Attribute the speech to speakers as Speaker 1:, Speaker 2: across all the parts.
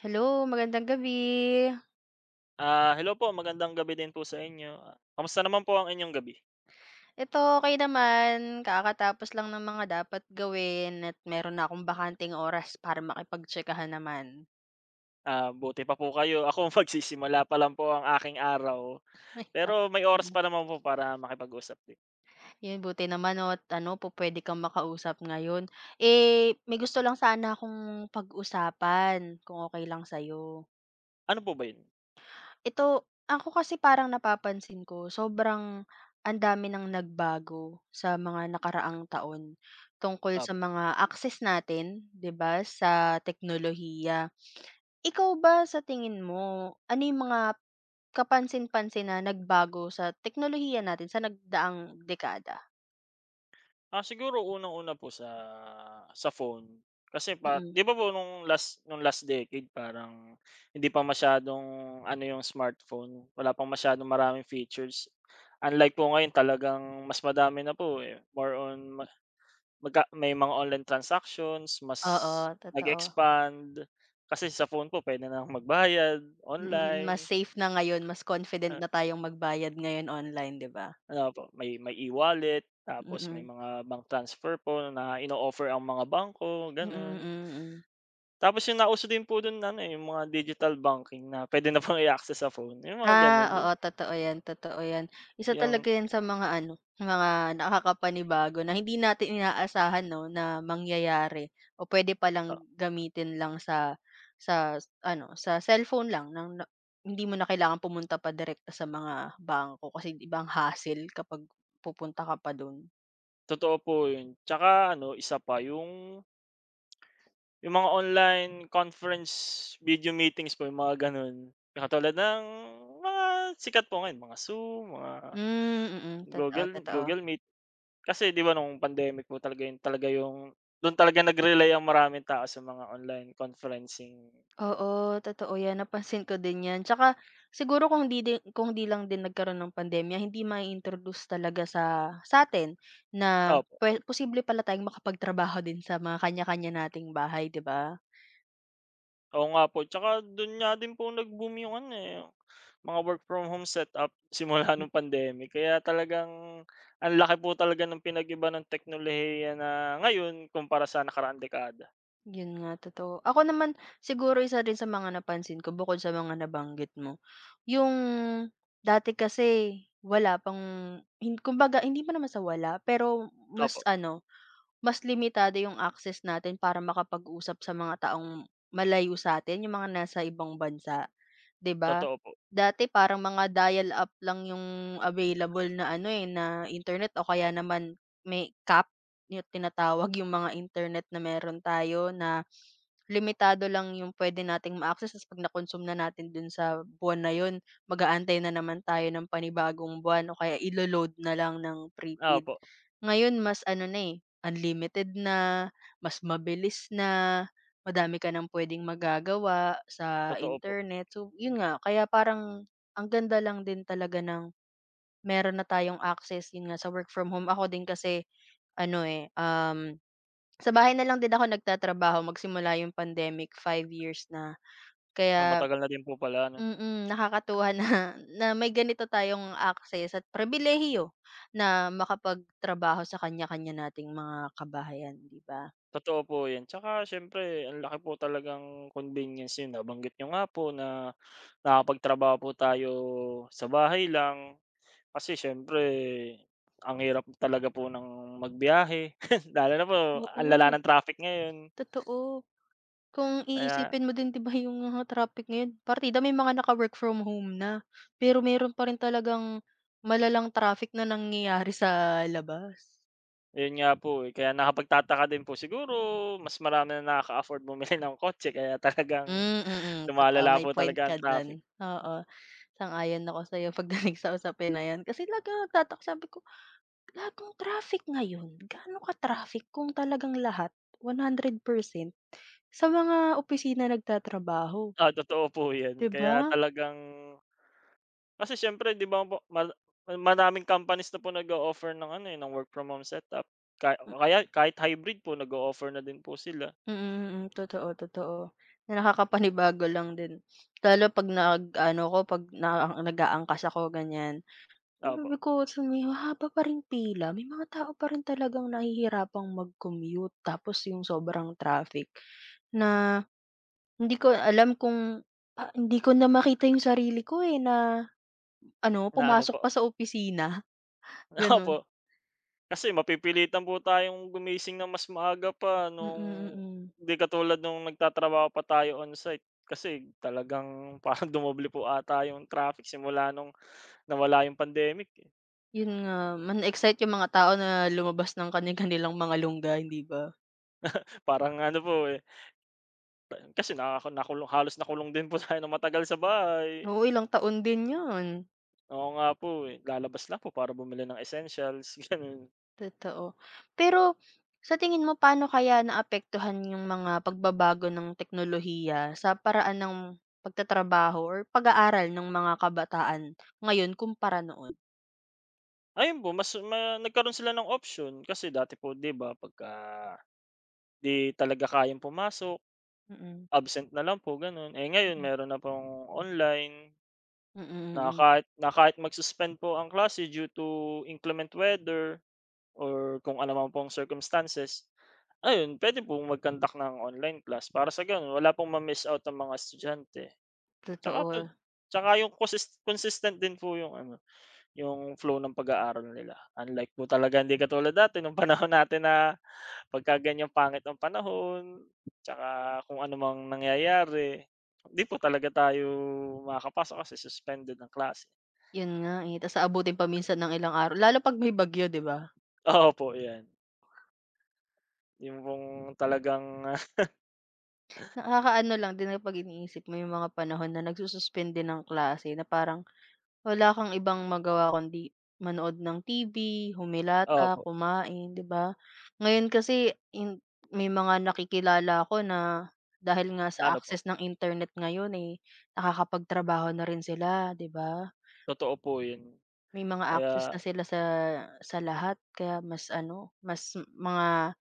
Speaker 1: Hello, magandang gabi.
Speaker 2: Ah, hello po, magandang gabi din po sa inyo. Ah, kamusta naman po ang inyong gabi?
Speaker 1: Ito okey naman, kakatapos lang ng mga dapat gawin at meron na akong bakanteng oras para makipagtsikahan naman.
Speaker 2: Ah, buti pa po kayo. Ako magsisimula pa lang po ang aking araw,
Speaker 1: Ay
Speaker 2: pero
Speaker 1: nak.
Speaker 2: may oras
Speaker 1: Mm.
Speaker 2: pa naman po para makipag-usap din.
Speaker 1: 'Yun buti naman 'no at ano pupuwede kang makausap ngayon. Eh, may gusto lang sana akong pag-usapan kung okey lang sa'yo.
Speaker 2: Ano po ba 'yun?
Speaker 1: Ito, ako kasi parang napapansin ko sobrang ang dami ng nagbago sa mga nakaraang taon tungkol sa
Speaker 2: Opo.
Speaker 1: mga access natin, 'di ba, sa teknolohiya. Ikaw ba sa tingin mo, ano yung mga kapansin-pansin na nagbago sa teknolohiya natin sa nagdaang dekada?
Speaker 2: Ah, siguro unang-una po sa phone. Kasi pa
Speaker 1: Mm,
Speaker 2: 'di ba po nung last decade parang hindi pa masyadong ano yung smartphone, wala pang masyadong maraming features. Unlike po ngayon talagang mas madami na po, eh, more on, may mga online transactions, mas
Speaker 1: oo, totoo.
Speaker 2: nag-expand. Kasi sa phone po puwede na magbayad
Speaker 1: Mm, mm, mas
Speaker 2: online,
Speaker 1: safe na ngayon, mas confident
Speaker 2: ah,
Speaker 1: na tayong magbayad ngayon online, 'di ba?
Speaker 2: ano po, may e-wallet, tapos may
Speaker 1: Mm,
Speaker 2: mga bank transfer po na ino-offer ang mga bangko,
Speaker 1: mm,
Speaker 2: gano'n.
Speaker 1: mm, mm.
Speaker 2: Tapos yung nauso din po dun ano, eh, yung mga digital banking na puwede na pang i-access sa phone, yung mga
Speaker 1: Ah,
Speaker 2: gano'n.
Speaker 1: oo totoo 'yan, totoo 'yan. Isa talaga
Speaker 2: Yung,
Speaker 1: 'yan sa mga ano, mga nakakapanibago na hindi natin inaasahan 'no, na mangyayari o puwede palang
Speaker 2: ah,
Speaker 1: gamitin lang sa ano, sa cellphone lang ng na hindi mo na kailangan pumunta pa direkta sa mga bangko kasi ibang ba hassle kapag pupunta ka pa do'n.
Speaker 2: totoo po yun. Tsaka ano, isa pa yung mga online conference video meetings po, yung mga gano'n. Katulad ng mga sikat po ngayon, mga Zoom, mga
Speaker 1: Hmm, mm, mm, totoo,
Speaker 2: Google
Speaker 1: totoo.
Speaker 2: Google Meet. Kasi 'di ba nung pandemic po talaga yun talaga yung dun talaga nag-rely ang maraming tao sa mga online conferencing.
Speaker 1: Oo, totoo 'yan, napansin ko din 'yan. Tsaka siguro kung 'di lang din nagkaroon ng pandemya, hindi mai-introduce talaga sa'tin na
Speaker 2: Opo.
Speaker 1: posible pala tayong makapagtrabaho din sa mga kanya-kanya nating bahay, 'di ba?
Speaker 2: Oo nga po, tsaka dun nga din po nag-boom yung ano, eh, yung mga work from home setup simula
Speaker 1: Mm.
Speaker 2: nung pandemic. Kaya talagang ang laki po talaga ng pinag-iba ng teknolohiya na ngayon kumpara sa nakaraang dekada.
Speaker 1: Yun nga, totoo. Ako naman siguro isa din sa mga napansin ko bukod sa mga nabanggit mo, yung dati kasi wala pang kumbaga hindi pa naman sa wala, pero
Speaker 2: Opo.
Speaker 1: mas ano mas limitado yung access natin para makapag-usap sa mga taong malayo sa'tin, yung mga nasa ibang bansa. 'Di ba?
Speaker 2: Totoo po.
Speaker 1: Dati parang mga dial up lang yung available na ano, eh, na internet o kaya naman may cap, yung tinatawag yung mga internet na meron tayo na limitado lang yung pwede nating ma-access ta's 'pag na-consume na natin dun sa buwan na yun, mag-aantay na naman tayo ng panibagong buwan o kaya ilo-load na lang ng
Speaker 2: Ah,
Speaker 1: prepaid.
Speaker 2: opo,
Speaker 1: Ngayon mas ano na, eh, unlimited na, mas mabilis na. Madami ka ng puwedeng magagawa sa
Speaker 2: totoo po.
Speaker 1: internet. So, yun nga, kaya parang ang ganda lang din talaga ng meron na tayong access, yun nga, sa work from home. Ako din kasi ano, eh, sa bahay na lang din ako nagtatrabaho magsimula yung pandemic, 5 years na.
Speaker 2: Ah,
Speaker 1: Kaya
Speaker 2: matagal na din po pala ano.
Speaker 1: nakakatuwa na na may ganito tayong access at pribilehiyo na makapagtrabaho sa kanya-kanya nating mga kabahayan, 'di ba?
Speaker 2: Totoo po 'yan, tsaka siyempre ang laki po talagang convenience niyo, nabanggit niyo nga po na nakapagtrabaho po tayo sa bahay lang. Kasi siyempre ang hirap talaga po ng magbiyahe, lalo na po ang lala
Speaker 1: Oo,
Speaker 2: ng traffic ngayon.
Speaker 1: totoo. Kung
Speaker 2: Kaya
Speaker 1: iisipin mo din 'di ba yung mga traffic ngayon, partida may mga naka-work from home na, pero meron pa rin talagang malalang traffic na nangyayari sa labas.
Speaker 2: yun nga po, eh, kaya nakapagtataka din po siguro mas marami na nakaka-afford bumili ng kotse kaya talagang
Speaker 1: Hmm, mm, totoo
Speaker 2: lumalala
Speaker 1: may
Speaker 2: po
Speaker 1: point
Speaker 2: talaga ang
Speaker 1: ka diyan,
Speaker 2: traffic.
Speaker 1: oo. Sang-ayon ako sa'yo pagdating sa usapin na 'yan, kasi lagi akong nagtataka sabi ko, lahat ng traffic ngayon, gaano ka-traffic kung talagang lahat 100% sa mga opisina nagtatrabaho,
Speaker 2: Ah, totoo po 'yan.
Speaker 1: 'di
Speaker 2: Kaya
Speaker 1: ba?
Speaker 2: talagang kasi siyempre 'di ba po maraming companies na po nag-o-offer ng ano, eh, ng work from home setup. Kaya kahit hybrid po nag-o-offer na din po sila.
Speaker 1: Mm, mm, totoo, totoo. Na nakakapanibago lang din. Lalo 'pag nag-ano ko 'pag na nag-aangkas ako ganyan,
Speaker 2: Opo,
Speaker 1: sabi ko sa may pa ring pila, may mga tao pa rin talagang nahihirapang mag-commute tapos yung sobrang traffic na hindi ko alam kung ah, hindi ko na makita yung sarili ko, eh, na ano,
Speaker 2: na ano
Speaker 1: pumasok pa
Speaker 2: po
Speaker 1: sa opisina, gano'n.
Speaker 2: opo, kasi mapipilitan po tayong gumising ng mas maaga pa
Speaker 1: Mm, mm.
Speaker 2: nung
Speaker 1: Mm, mm.
Speaker 2: 'di katulad nung nagtatrabaho pa tayo on-site. Kasi talagang parang dumoble po ata yung traffic simula nung nawala yung pandemic, eh.
Speaker 1: Yun nga, ma excite yung mga tao na lumabas ng kani-kanilang mga lungga, hindi ba?
Speaker 2: Parang ano po, eh, kasi nakulong halos nakulong din po tayo ng matagal sa bahay.
Speaker 1: Oo, ilang taon din 'yun,
Speaker 2: Oo nga po, eh, lalabas lang po para bumili ng essentials, gano'n.
Speaker 1: totoo. Pero sa tingin mo paano kaya naapektuhan yung mga pagbabago ng teknolohiya sa paraan ng pagtatrabaho or pag-aaral ng mga kabataan ngayon kumpara noon?
Speaker 2: Ayun po, mas ma nagkaroon sila ng option kasi dati po 'di ba pagka 'di talaga kayang pumasok,
Speaker 1: Mm,
Speaker 2: absent na lang po gano'n. Eh, ngayon
Speaker 1: mm.
Speaker 2: meron na pong online
Speaker 1: Mm,
Speaker 2: na
Speaker 1: mm.
Speaker 2: kahit mag-suspend po ang klase due to inclement weather or kung ano man pong circumstances, ayun pwede pong mag ng online class para sa gano'n wala pong ma-miss out ang mga estudyante. Tsaka tu
Speaker 1: Totoo,
Speaker 2: tsaka yung consistent din po yung ano, yung flow ng pag-aaral nila. Unlike po talaga hindi katulad dati nung panahon natin na pagka ganyang pangit ang panahon, tsaka kung ano mang nangyayari, hindi po talaga tayo makakapasok kasi suspended ang klase.
Speaker 1: 'yun nga, eh, ta's aabutin pa minsan ng ilang araw lalo 'pag may bagyo, 'di ba?
Speaker 2: Oo po, 'yan. Yung pong talagang,
Speaker 1: Nakakaano lang din na 'pag iniisip mo yung mga panahon na nagsususpende ng klase na parang wala kang ibang magawa kundi manood ng TV, humilata,
Speaker 2: opo,
Speaker 1: kumain, 'di ba? Ngayon kasi may mga nakikilala ako na dahil nga
Speaker 2: na
Speaker 1: sa
Speaker 2: ano po,
Speaker 1: access ng internet ngayon, eh, nakakapagtrabaho na rin sila, 'di ba?
Speaker 2: totoo po 'yun.
Speaker 1: May mga access
Speaker 2: Kaya
Speaker 1: na sila sa lahat kaya mas ano, mas mga,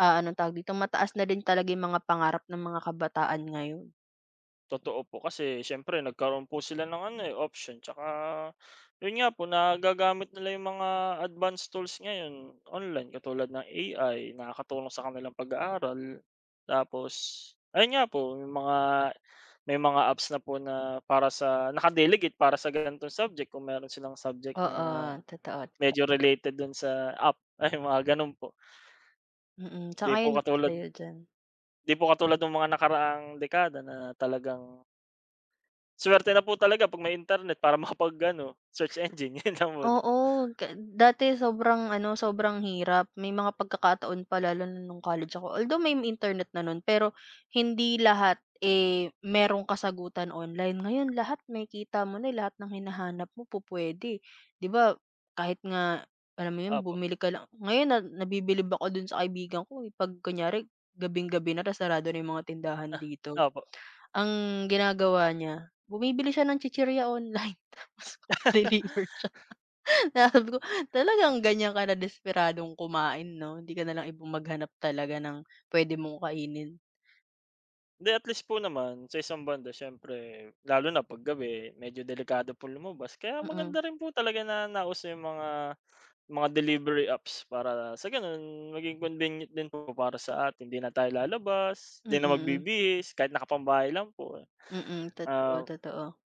Speaker 1: ah, anong tawag dito, mataas na din talaga yung mga pangarap ng mga kabataan ngayon.
Speaker 2: totoo po kasi siyempre nagkaroon po sila ng ano, eh, option tsaka yun nga po nagagamit nila yung mga advanced tools ngayon online katulad ng AI nakakatulong sa kanilang pag-aaral. Tapos ayun nga po yung mga may mga apps na po na para sa ganitong subject kung meron silang subject
Speaker 1: Oo,
Speaker 2: na
Speaker 1: totoo,
Speaker 2: medyo
Speaker 1: totoo.
Speaker 2: related dun sa app, ay mga ganun po.
Speaker 1: Mm,
Speaker 2: Di po
Speaker 1: sang-ayon ako
Speaker 2: katulad
Speaker 1: sa'yo diyan.
Speaker 2: di po katulad ng mga nakaraang dekada na talagang swerte na po talaga 'pag may internet para makapag-ano, search engine, 'yun lang muna.
Speaker 1: Oo, dati sobrang ano, sobrang hirap. May mga pagkakataon pa lalo na nung college ako, although may internet na nun, pero hindi lahat, eh, merong kasagutan online. Ngayon lahat makikita mo na, eh, lahat ng hinahanap mo pupuwede. 'Di ba kahit nga alam mo yun,
Speaker 2: Opo,
Speaker 1: bumili ka lang ngayon na nabibilib ako dun sa kaibigan ko, eh, 'pag kunyari gabing-gabi na ta's sarado na yung mga tindahan dito,
Speaker 2: opo.
Speaker 1: ang ginagawa niya, bumibili siya ng chichirya online tapos deliver. Sabi ko, talagang ganyan ka na desperadong kumain 'no, hindi ka na lang ibum maghanap talaga ng puwede mong kainin.
Speaker 2: 'Di at least po naman sa isang banda siyempre lalo na 'pag gabi medyo delikado po lumabas kaya maganda
Speaker 1: Mm,
Speaker 2: rin po talaga na nauso yung mga delivery apps para sa gano'n maging convenient din po para sa atin, 'di na tayo lalabas, 'di na
Speaker 1: mm,
Speaker 2: magbibihis kahit nakapambahay lang po, eh.
Speaker 1: mm, totoo,
Speaker 2: Ah,
Speaker 1: totoo.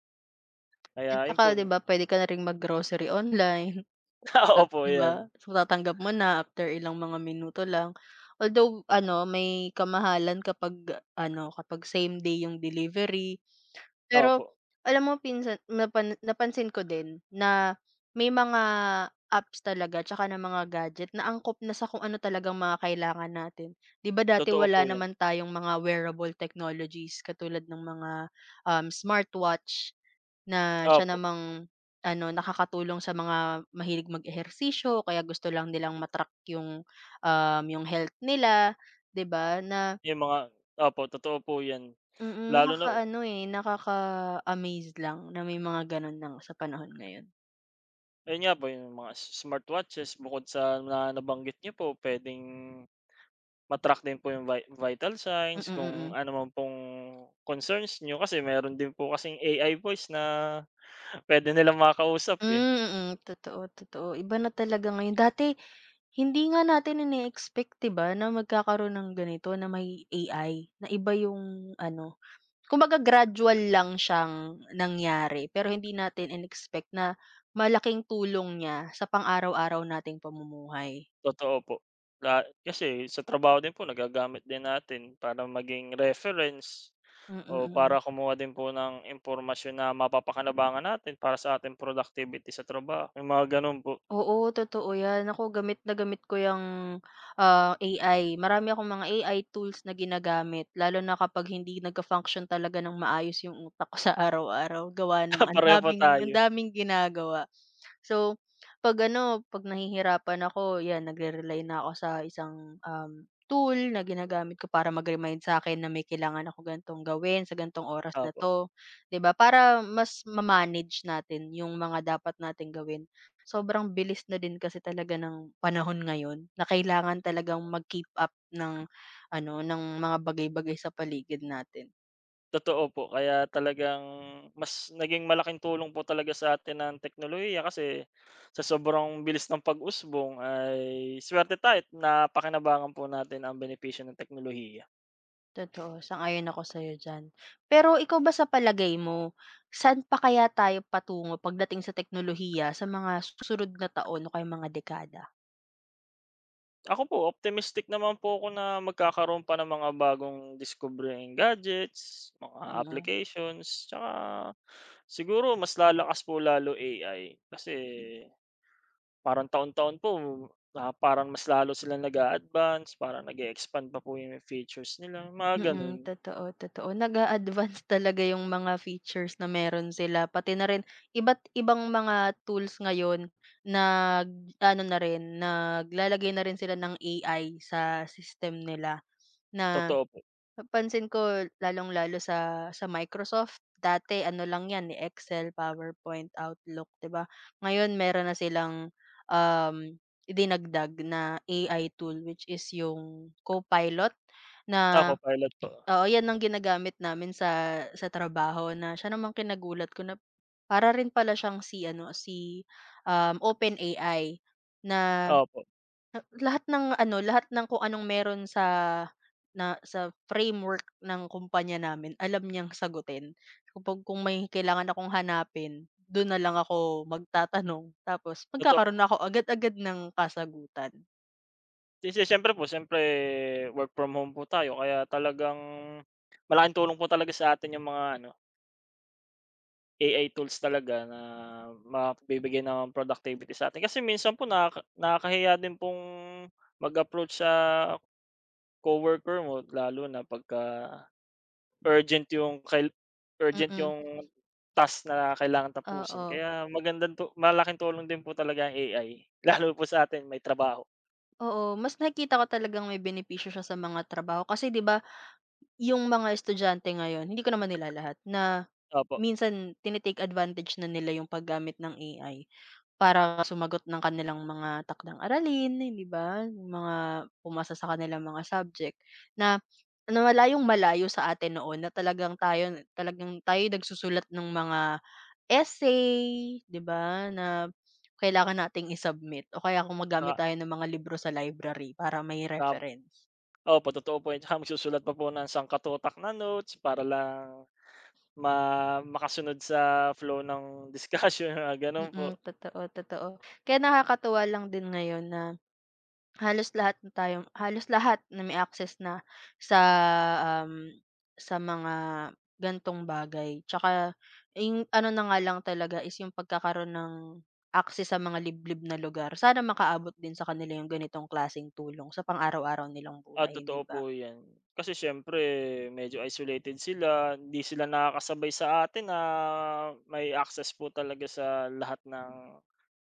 Speaker 1: At
Speaker 2: kaya 'yun
Speaker 1: saka
Speaker 2: po
Speaker 1: 'di ba puwede ka na ring mag-grocery online at
Speaker 2: opo
Speaker 1: 'di ba,
Speaker 2: 'yan,
Speaker 1: so tatanggap mo na after ilang mga minuto lang. Although ano, may kamahalan kapag ano, kapag same day yung delivery. Pero
Speaker 2: opo,
Speaker 1: alam mo pinsan napansin ko din na may mga apps talaga tsaka ng mga gadget na angkop na sa kung ano talagang mga kailangan natin. 'Di ba dati
Speaker 2: totoo po
Speaker 1: wala
Speaker 2: 'yan.
Speaker 1: naman tayong mga wearable technologies katulad ng mga, smartwatch na siya
Speaker 2: Opo,
Speaker 1: namang ano, nakakatulong sa mga mahilig mag-ehersisyo o kaya gusto lang nilang ma yung, yung health nila, 'di ba, na
Speaker 2: yung mga opo, totoo po 'yan
Speaker 1: mm,
Speaker 2: lalo na.
Speaker 1: nakakaano, eh, nakaka-amaze lang na may mga gano'n na nga sa panahon ngayon.
Speaker 2: Ayun nga po, yung mga smartwatches bukod sa na nabanggit niyo po puwedeng ma-track din po yung vital
Speaker 1: Mm,
Speaker 2: signs kung
Speaker 1: mm.
Speaker 2: ano man pong concerns niyo kasi meron din po kasing AI voice na puwede nilang makausap, eh,
Speaker 1: Hmm, mm, totoo, totoo. Iba na talaga ngayon. Dati hindi nga natin ine-expect, 'di ba, na magkakaroon ng ganito na may AI, na iba yung ano, kumbaga gradual lang siyang nangyari pero hindi natin in-expect na malaking tulong niya sa pang-araw-araw nating pamumuhay.
Speaker 2: totoo po. Kasi sa trabaho din po nagagamit din natin para maging reference
Speaker 1: Mm,
Speaker 2: o
Speaker 1: mm.
Speaker 2: para
Speaker 1: Mm.
Speaker 2: kumuha din po ng impormasyon na mapapakinabangan natin para sa ating productivity sa trabaho, yung mga gano'n po.
Speaker 1: Oo, totoo 'yan. Ako gamit na gamit ko yung ah, AI. Marami akong mga AI tools na ginagamit lalo na kapag hindi nagfa-function talaga ng maayos yung utak ko sa araw-araw gawa ng
Speaker 2: Pareho po
Speaker 1: ang
Speaker 2: tayo,
Speaker 1: daming ginagawa. So, 'pag ano, 'pag nahihirapan ako 'yan nagre-rely na ako sa isang, tool na ginagamit ko para mag-remind sa akin na may kailangan ako gantong gawin sa gantong oras na
Speaker 2: opo.
Speaker 1: 'to, 'di ba? Para mas ma-manage natin yung mga dapat nating gawin sobrang bilis na din kasi talaga ng panahon ngayon na kailangan talagang mag-keep up ng ano, ng mga bagay-bagay sa paligid natin.
Speaker 2: Totoo po, kaya talagang mas naging malaking tulong po talaga sa atin ang teknolohiya kasi sa sobrang bilis ng pag-usbong ay swerte tayo at napakinabangan po natin ang benepisyo ng teknolohiya.
Speaker 1: Totoo, sang-ayon ako sa'yo diyan. Pero ikaw ba sa palagay mo, saan pa kaya tayo patungo pagdating sa teknolohiya sa mga susunod na taon o kaya mga dekada?
Speaker 2: Ako po, optimistic naman po ako na magkakaroon pa ng mga bagong discovering gadgets, mga
Speaker 1: Mm.
Speaker 2: applications, tsaka siguro mas lalakas po lalo AI kasi parang taon-taon po, ah, parang mas lalo silang nag-a-advance, parang nag-e-expand pa po yung features nila, mga gano'n.
Speaker 1: Mm, totoo, totoo. Nag-a-advance talaga yung mga features na meron sila, pati na rin iba't ibang mga tools ngayon na ano na rin, naglalagay na rin sila ng AI sa system nila na
Speaker 2: Totoo po.
Speaker 1: napansin ko lalong-lalo sa Microsoft, dati ano lang 'yan, eh, Excel, PowerPoint, Outlook, 'di ba? Ngayon meron na silang, um, dinagdag na AI tool which is yung Copilot
Speaker 2: Ah,
Speaker 1: na
Speaker 2: Copilot po.
Speaker 1: oo, 'yan ang ginagamit namin sa trabaho na siya naman kinagulat ko na para rin pala siyang si ano, si, OpenAI na
Speaker 2: Opo,
Speaker 1: lahat ng ano, lahat ng kung anong meron sa na sa framework ng kumpanya namin alam niyang sagutin. Kapag kung may kailangan akong hanapin, do'n na lang ako magtatanong tapos magkakaroon
Speaker 2: totoo.
Speaker 1: na ako agad-agad ng kasagutan.
Speaker 2: Kasi siyempre po, siyempre work from home po tayo kaya talagang malaking tulong po talaga sa atin yung mga ano, AI tools talaga na magbibigay ng productivity sa atin. Kasi minsan po nakakahiya din pong mag-approach sa coworker mo lalo na pagka Urgent yung kail urgent
Speaker 1: Mm,
Speaker 2: yung task na kailangan tapusin
Speaker 1: oo.
Speaker 2: kaya magandang tu malaking tulong din po talaga ang AI, lalo po sa atin may trabaho.
Speaker 1: Oo, mas nakikita ko talagang may benepisyo siya sa mga trabaho kasi 'di ba yung mga estudyante ngayon, hindi ko naman nila lahat, na
Speaker 2: Opo,
Speaker 1: minsan tini advantage na nila yung paggamit ng AI para sumagot ng kanilang mga takdang aralin, hindi ba? Yung mga pumasa sa kanilang mga subject na na malayong malayo sa atin noon na talagang tayo'y nagsusulat ng mga essay, 'di ba, na kailangan nating i-submit o kaya kung magamit
Speaker 2: tsaka
Speaker 1: tayo ng mga libro sa library para may
Speaker 2: tsaka
Speaker 1: reference.
Speaker 2: opo totoo po yun, tsaka magsusulat pa po ng sangkatutak na notes para lang ma makasunod sa flow ng discussion mga gano'n po.
Speaker 1: Mm, totoo, totoo. Kaya nakakatuwa lang din ngayon na halos lahat na may access na sa, um, sa mga gantong bagay. Tsaka yung ano na nga lang talaga is yung pagkakaroon ng access sa mga liblib na lugar. Sana makaabot din sa kanila yung ganitong klaseng tulong sa pang-araw-araw nilang
Speaker 2: Ah,
Speaker 1: buhay, 'di
Speaker 2: totoo po
Speaker 1: ba?
Speaker 2: yan. Kasi siyempre medyo isolated sila, hindi sila nakakasabay sa atin na may access po talaga sa lahat ng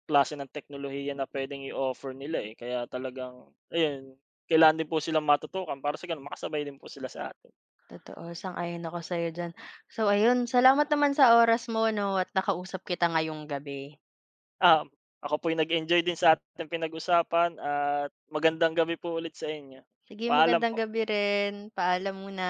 Speaker 2: klase ng teknolohiya na puwedeng i-offer nila, eh, kaya talagang ayun, kailangan din po silang matutukan para sa gano'n makasabay din po sila sa atin.
Speaker 1: Totoo, sang-ayon ako sa'yo diyan. So ayun, salamat naman sa oras mo 'no at nakausap kita ngayong gabi.
Speaker 2: Um, Ako po'y nag-enjoy din sa ating pinag-usapan at magandang gabi po ulit sa inyo.
Speaker 1: Sige,
Speaker 2: Paalam
Speaker 1: magandang
Speaker 2: po.
Speaker 1: gabi rin. Paalam muna.